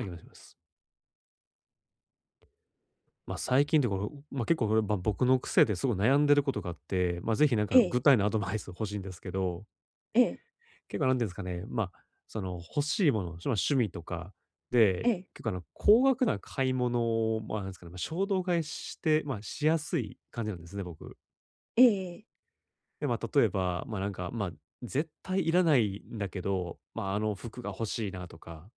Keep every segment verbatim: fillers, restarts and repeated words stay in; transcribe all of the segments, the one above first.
はい、お願いします。まあ、最近ってこの、まあ、結構これ、まあ、僕の癖ですごい悩んでることがあって、まあ、ぜひなんかえ具え、体のアドバイス欲しいんですけど、ええ、結構なんていうんですかね、まあ、その欲しいもの、しまあ、趣味とかで、ええ、結構あの、高額な買い物を、まあ、なんですかね、まあ、衝動買いして、まあ、しやすい感じなんですね、僕。ええで、まあ、例えば、まあ、なんか、まあ、絶対いらないんだけど、まあ、あの服が欲しいなとか、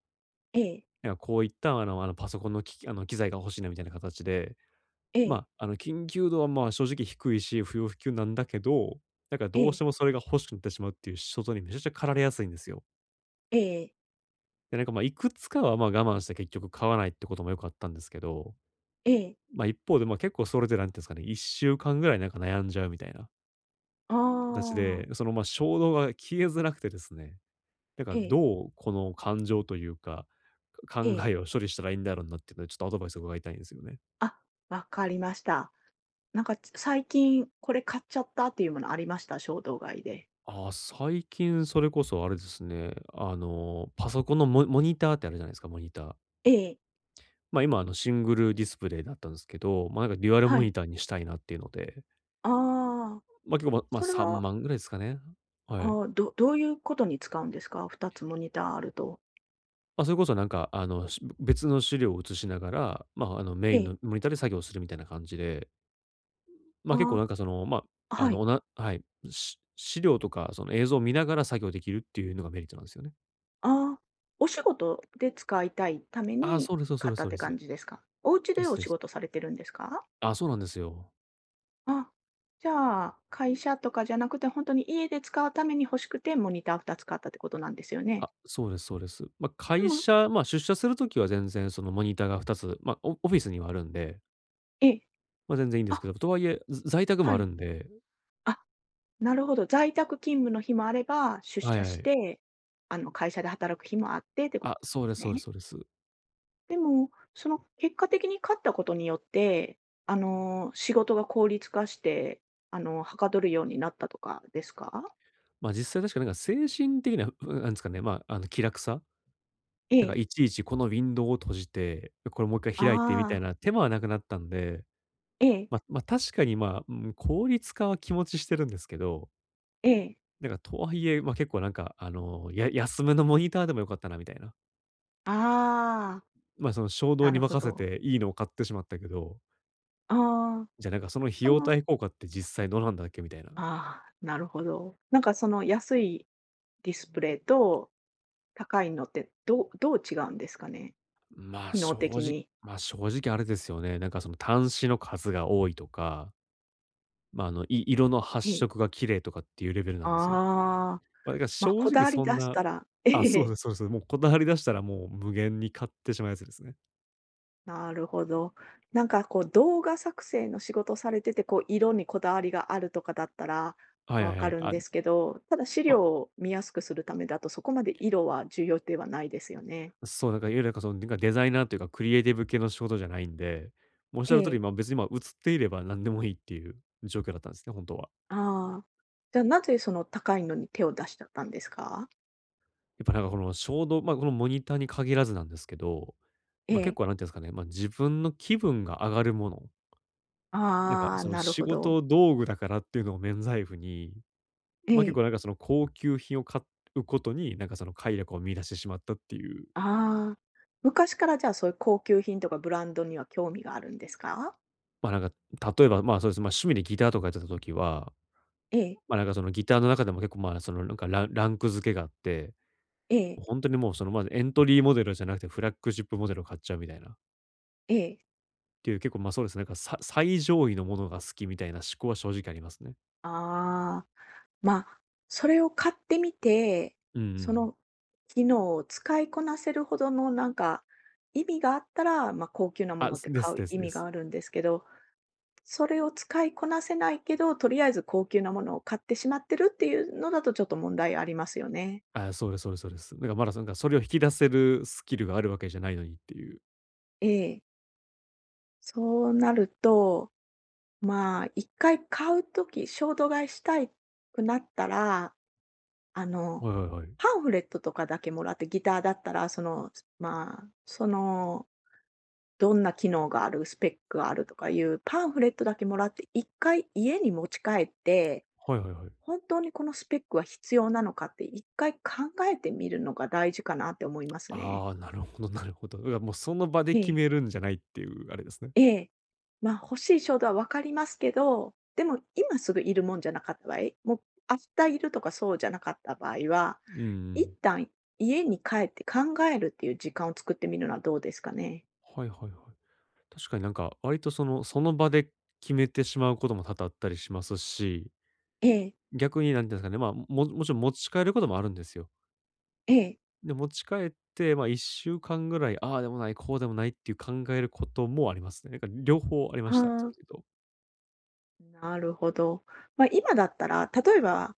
ええ、なんかこういったあのあのパソコンの機器あの機材が欲しいなみたいな形で、えまえ、あ、あの、緊急度は、まあ、正直低いし、不要不急なんだけど、なんかえどうしえ、てもそれが欲しくなってしまうっていう衝動にめちゃくちゃ駆られやすいんですよ。ええ、で、なんか、まあ、いくつかは、まあ、我慢して結局買わないってこともよくあったんですけど、ええ、まあ、一方で、まあ、結構それでなんていうんですかね、いっしゅうかんぐらいなんか悩んじゃうみたいなあ形あ、で、その、まあ、衝動が消えづらくてですね、なんかええ、どうこの感情というか、かえ考え、えを処理したらいいんだろうなっていうので、ちょっとアドバイスを伺いたいんですよね。あ、わかりました。なんかつ最近これ買っちゃったっていうものありました？衝動買いで。ああ、最近それこそあれですね、あの、パソコンのモモニターってあるじゃないですか、モニター。ええ、ま、今あの、シングルディスプレイだったんですけど、ま、なんかデュアルはモい。ニターにしたいなっていうので、ああ、ま、結構ま、まあそれさんま、3は、万ぐらいですかね。はい。ああ、どどういうことに使うんですか？ふたつモニターあると。ま、それこそなんかあの、し別の資料を映しながら、ま、ああの、メイえンえ、のモニターで作業するみたいな感じで、ま、結構あなんかその、まあ、あ、あはの、い、おなはい、し資料とかその映像を見ながら作業できるっていうのがメリットなんですよね。ああ、お仕事で使いたいためああ、にそうですそう買でっすたそっうでてすそうで感す。じですか？お家でですおで仕す。事されてるんですか？ああ、そうなんですよ。あ、じゃあ、会社とかじゃなくて、本当に家で使うために欲しくて、モニターふたつ買ったってことなんですよね？あ、そうですそうです。まあ、で会も社まあ、出社するときは全然そのモニターがふたつ、まあ、オオフィスにはあるんで、ええ。まあ、全然いいんですけど、あ、とはいえ、ず在宅もはあるい。んで、あ、なるほど。在宅勤務の日もあれば、出はい社はしい。て、あの、会社で働く日もあってってことあ、なんそうでですすそうですね。そうです。でも、その結果的に買ったことによって、あの、仕事が効率化して、あの、はかどるようになったとかですか？まあ、実際確かなんか精神的な、うなんですかね、まあ、あの、気楽さ、えなんかえ。いちいちこのウィンドウを閉じて、これもう一回あ開いてみたいあ。な手間はなくなったんで、ええ、まあまあ、確かに、まあ、うん、効率化は気持ちしてるんですけど、ええ。なんかとはいえ、ま、結構なんか、あの、や安めのモニターでもよかったなみたいな。ああ、ま、あその衝動なにるほ任せど。ていいのを買ってしまったけど、あじゃあ、なんかその費あ。そ用の対効果って実際どうなんだっけみたいな。ああ、なるほど。なんかその安いディスプレイと高いのってどうどう違うんですかね？まあ、機能正的直に。まあ、正直あれですよね。なんかその端子の数が多いとか、まあ、あの、い色の発え色え。が綺麗とかっていうレベルなんあですよ。あ、まあ、だからまあ、正こだ直わりそ出んしな、たらあ、えそうえ、ですそうです。もうこだわり出したらもう無限に買ってしまうやつですね。なるほど。なんかこう動画作成の仕事されてて、こう色にこだわりがあるとかだったらはいはわいはかい。るんあ、ですけど、ただ資あ料を見やすくするためだとそこまで色は重要ではないですよね。そう、だからいわゆるなんかその、なんかデザイナーというか、クリエイティブ系の仕事じゃないんで、もうおっしゃえる通り、え、ま、別に、ま、映っていれば何でもいいっていう状況だったんですね、本当は。ああ。じゃあなぜその高いのに手を出しちゃったんですか？やっぱなんかこの衝動ま、このモニターに限らずなんですけど、えま、結え。構なんていうんですかね、ま、自分の気分が上がるもの、なんかああ、そのなる仕ほど。事道具だからっていうのを免罪符に、えま、結構え。なんかその高級品を買うことに、なんかその快楽を見出してしまったっていう、ああ。昔からじゃあ、そういう高級品とかブランドには興味があるんですか？ま、なんか例えば、ま、そうですね、まあ趣味でギターとかやってた時はええ、まあ、なんかそのギターの中でも結構、まあ、そのなんかランランク付けがあって、ええ、本当ほんとにもうその、まずエントリーモデルじゃなくてフラッグシップモデルを買っちゃうみたいな。ええ。っていう結構、ま、そうですね、なんかさ最上位のものが好きみたいな思考は正直ありますね。ああ。まあ、それを買ってみて、うんうそん。の機能を使いこなせるほどのなんか、意味があったら、ま、あ高級なもあ、のってです買うです意で味がす。あるんですけど、それを使いこなせないけど、とりあえず高級なものを買ってしまってるっていうのだと、ちょっと問題ありますよね。あ、そうですそうですそうです。なんかまだなんかそれを引き出せるスキルがあるわけじゃないのにっていう。ええ。そうなると、まあ、一回買うとき衝動買いしたいくなったら、あの、はいはいはい。パンフレットとかだけもらって、ギターだったら、その、まあ、その、どんな機能がある、スペックがあるとかいうパンフレットだけもらって、一回家に持ち帰って、はいはいはい。本当にこのスペックは必要なのかって一回考えてみるのが大事かなって思いますね。ああ、なるほどなるほど。だからもうその場で決えめえ。るんじゃないっていうあれですね。ええ。まあ、欲しい衝動はわかりますけど、でも今すぐいるもんじゃなかった場合、もう明日いるとかそうじゃなかった場合は、うんう一ん。旦家に帰って考えるっていう時間を作ってみるのはどうですかね？はいはいはい。確かになんか、割とその、その場で決めてしまうことも多々あったりしますし、ええ、逆になんていうんですかね、まあ、ももちろん持ち帰ることもあるんですよ。ええ。で、持ち帰って、まあ、いっしゅうかんぐらい、ああでもない、こうでもないっていう考えることもありますね。なんか両方ありまあした、それあ、と。なるほど。まあ、今だったら、例えば、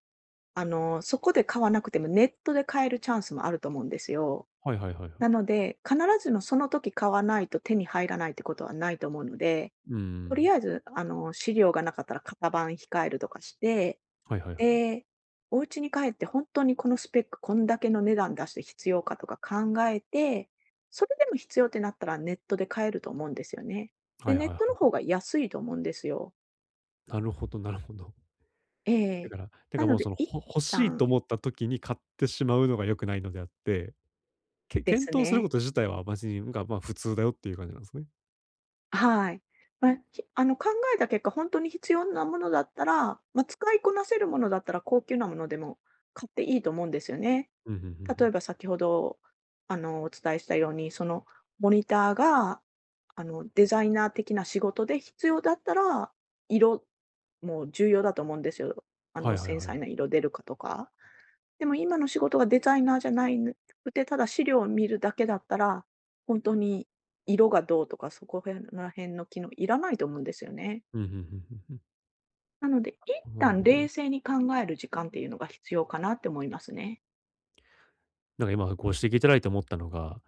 あの、そこで買わなくてもネットで買えるチャンスもあると思うんですよ。はいはいはいはい。なので、必ずしもその時買わないと手に入らないってことはないと思うので、うとりん。あえず、あの、資料がなかったら型番控えるとかして、はいはいはい。で、お家に帰って本当にこのスペック、こんだけの値段出して必要かとか考えて、それでも必要ってなったらネットで買えると思うんですよね。はで、いはネッいトのは方が安いと思うんですよ。い。なるほどなるほど。え だえ。から、なんなかのもうそで、の、一ほ欲しいと旦思った時に買ってしまうのが良くないのであって、けです検討するこね。と自体は別に、なんかまあ普通だよっていう感じなんですね。はい。まあ、ひあの、考えた結果、本当に必要なものだったら、まあ、使いこなせるものだったら高級なものでも買っていいと思うんですよね。うん、うんうんう例えん。ば先ほど、あの、お伝えしたように、そのモニターが、あの、デザイナー的な仕事で必要だったら、色も重要だと思うんですよ。あはの、いはい繊は細ない、色出るかとか。でも今の仕事がデザイナーじゃないくて、ただ資料を見るだけだったら、本当に色がどうとか、そこへら辺の機能いらないと思うんですよね。うん、うんうんうんうん。なので、一なる旦ほど。冷静に考える時間っていうのが必要かなって思いますね。なんか今ご指摘いただいて思ったのが、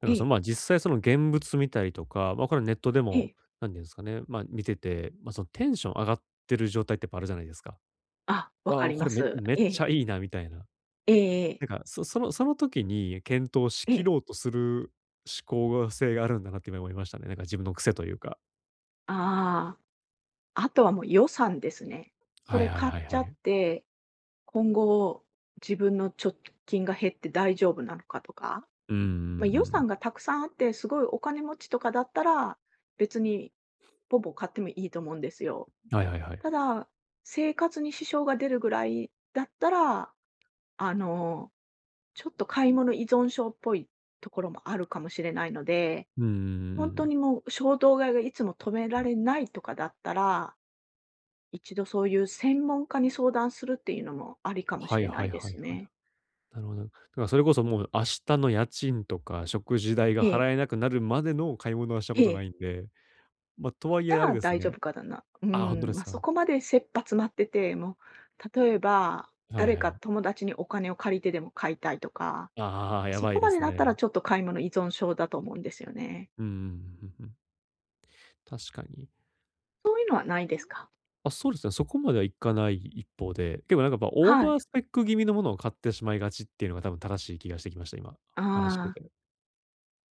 なんえかそえ、の、ま、実際その現物見たりとか、ま、これネットでえも、え。何ていうんですかね、ま、見てて、ま、そのテンション上がってる状態ってやっぱあるじゃないですか。あ、分かわあ、りこまれめす。めっえちえ。ゃいいなみたいな。ええなええ。んか、そそのその時に検討しえきえ。ろうとする思考性があるんだなって今思いましたね。なんか自分の癖というか。ああ、あとはもう予算ですね。そはいれはい買っはいちはゃっい。て、今後自分の貯金が減って大丈夫なのかとか、うんうまあ、んう予ん。算がたくさんあって、すごいお金持ちとかだったら、別にポポ買ってもいいと思うんですよ。はいはいはい。ただ、生活に支障が出るぐらいだったら、あの、ちょっと買い物依存症っぽいところもあるかもしれないのでうんうんうほんとん。にもう衝動買いがいつも止められないとかだったら、一度そういう専門家に相談するっていうのもありかもはしいれなはいいではすいはい。ね。なるほど。だからそれこそもう明日の家賃とか食事代がええ、払えなくなるまでの買い物はしたえことなえ。いんで、ま、とはいじえあゃれあです大丈ね、夫かだな。うーああ、ほんとん、ですま、か。そこまで切羽詰まってて、もう例えば、はい誰はかい。友達にお金を借りてでも買いたいとか、ああ、やそばいこでまですだったね。らちょっと買い物依存症だと思うんですよね。うんうんうんうんうん。確かに。そういうのはないですか？あ、そうですね、そこまではいかない一方で、結構なんかやっぱオーはバい。ースペック気味のものを買ってしまいがちっていうのが多分正しい気がしてきました、今、お話してああ、て。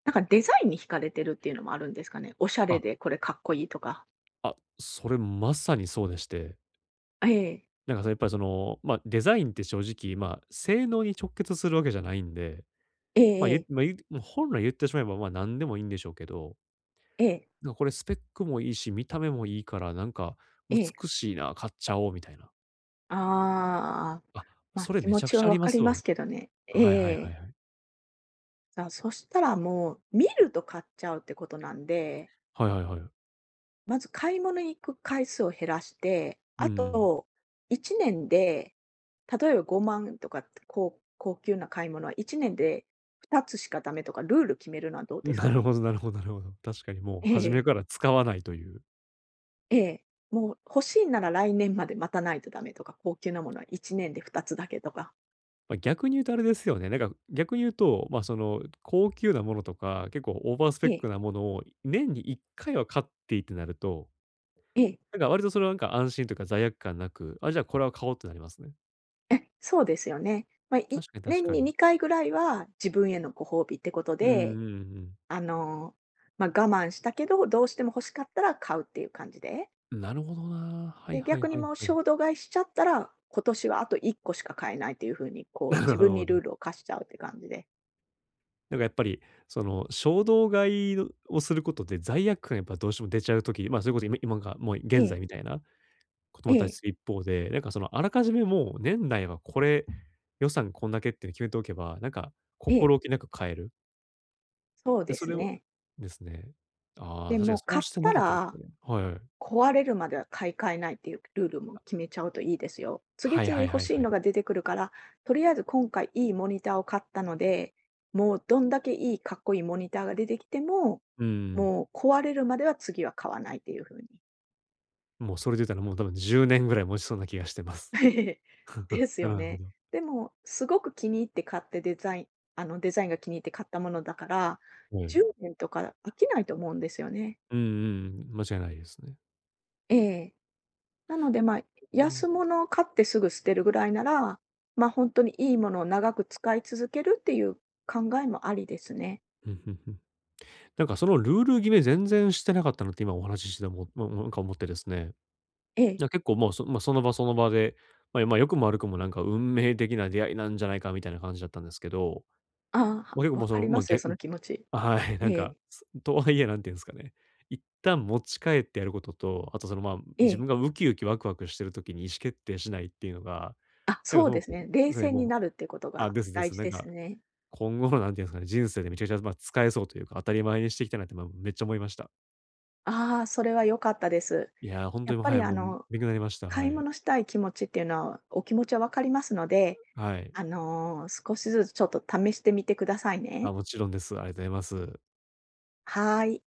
なんかデザインに惹かれてるっていうのもあるんですかね。おしゃれあ、でこれかっこいいとか。あ、それまさにそうでして、ええ。なんかそれやっぱりその、ま、デザインって正直、ま、性能に直結するわけじゃないんで、えまあ、えゆえまえ。あ、ゆもう本来言ってしまえば、まあ、何でもいいんでしょうけど、ええなんかこれスペックもいいし、見た目もいいから、なんかええ。美しいな、買っちゃおうみたいな。ああ。あ、ま、それ気め持ちゃくちちはゃあ分りまかすりまわ。すけどね。えはいはいはいえ。はい。さあ、そしたらもう、見ると買っちゃうってことなんで、はいはいはい。まず買い物に行く回数を減らして、うあん。といちねんで、例えばごまんとかって高高級な買い物はいちねんでふたつしかダメとかルール決めるのはど うですなかるね？ほどなるほどなるほど。確かにもうえ初めえ、から使わないという。ええ。もう欲しいなら来年まで待たないとダメとか、高級なものはいちねんでふたつだけとか。まあ、逆に言うとあれですよね、なんか逆に言うと、ま、その高級なものとか、結構オーバースペえックえ、なものを年にいっかいは買っていいってなると、ええ。なんか割とそれはなんか安心というか罪悪感なく、あ、じゃあこれは買おうってなりますね。え、そうですよね。まあ、い確かに確年かにに。にかいぐらいは自分へのご褒美ってことうんで、うんあの、まあ、我慢したけど、どうしても欲しかったら買うっていう感じで、うん。なるほどな。はいで、はい逆にはいもうはい。衝動買いしちゃったら、今年はあといっこしか買えないというふうに、こうなる自分ほにルど。ールを課しちゃうって感じで。なんかやっぱり、その衝動買いのをすることで罪悪感やっぱどうしても出ちゃうとき、まあ、そういうこそ今今がもうえ現在え、みたいなこともえあったりえ、する一方で、なんかそのあらかじめもう年内はこれ、予算こんだけっていうの決めておけば、なんかええ、心置きなく買える。そうで、でそすれはね。ですね。ああ、で、確かにもそう買っしてなたかったですらね。はいはい。壊れるまでは買い替えないっていうルールも決めちゃうといいですよ。次はい々はい欲はいしいはのい。が出てくるから、とりあえず今回いいモニターを買ったので、もうどんだけいいかっこいいモニターが出てきても、うん。もう壊れるまでは次は買わないっていう風に。もうそれで言ったらもう多分じゅうねんぐらい持ちそうな気がしてます。ですなよるほね。ど。でも、すごく気に入って買ってデザイン、あのデザインが気に入って買ったものだから、はい。じゅうねんとか飽きないと思うんですよね。うんうんうん。間違いないですね。ええなので、まあ、うん。安物を買ってすぐ捨てるぐらいなら、ま、あ本当にいいものを長く使い続けるっていう考えもありですね。うんうんうん。なんかそのルール決め全然してなかったなって今お話ししても、ももなんか思ってですね。えいえ。や結構もうそまあ、その場その場で、まあ、まあ、良くも悪くもなんか運命的な出会いなんじゃないかみたいな感じだったんですけど、あまあ、結構あ、わもうそかりの、ままあ、すげよ、んその気持ち。はい、なえんか、え、すとはいえなんていうんですかね、一旦持ち帰ってやることと、あとその、まあ、え自え。分がウキウキワクワクしてる時に意思決定しないっていうのが、あ、なんかそそうのですこね。冷そうね、静にもうなるってことあ、がですで大す。事なんでかすね。今後のなんていうんですかね、人生でめちゃくちゃ、ま、使えそうというか、当たり前にしていきたいなって、まあ、めっちゃ思いました。ああ、それは良かったです。いや、ー本当やにっもう、ぱはりい、あもうの、勉強になりました。は買いい。物したい気持ちっていうのは、お気持ちはわかりますので、はい。あの、少しずつちょっと試してみてくださいあ、ね。もちろんです。ありがとうございます。はーい。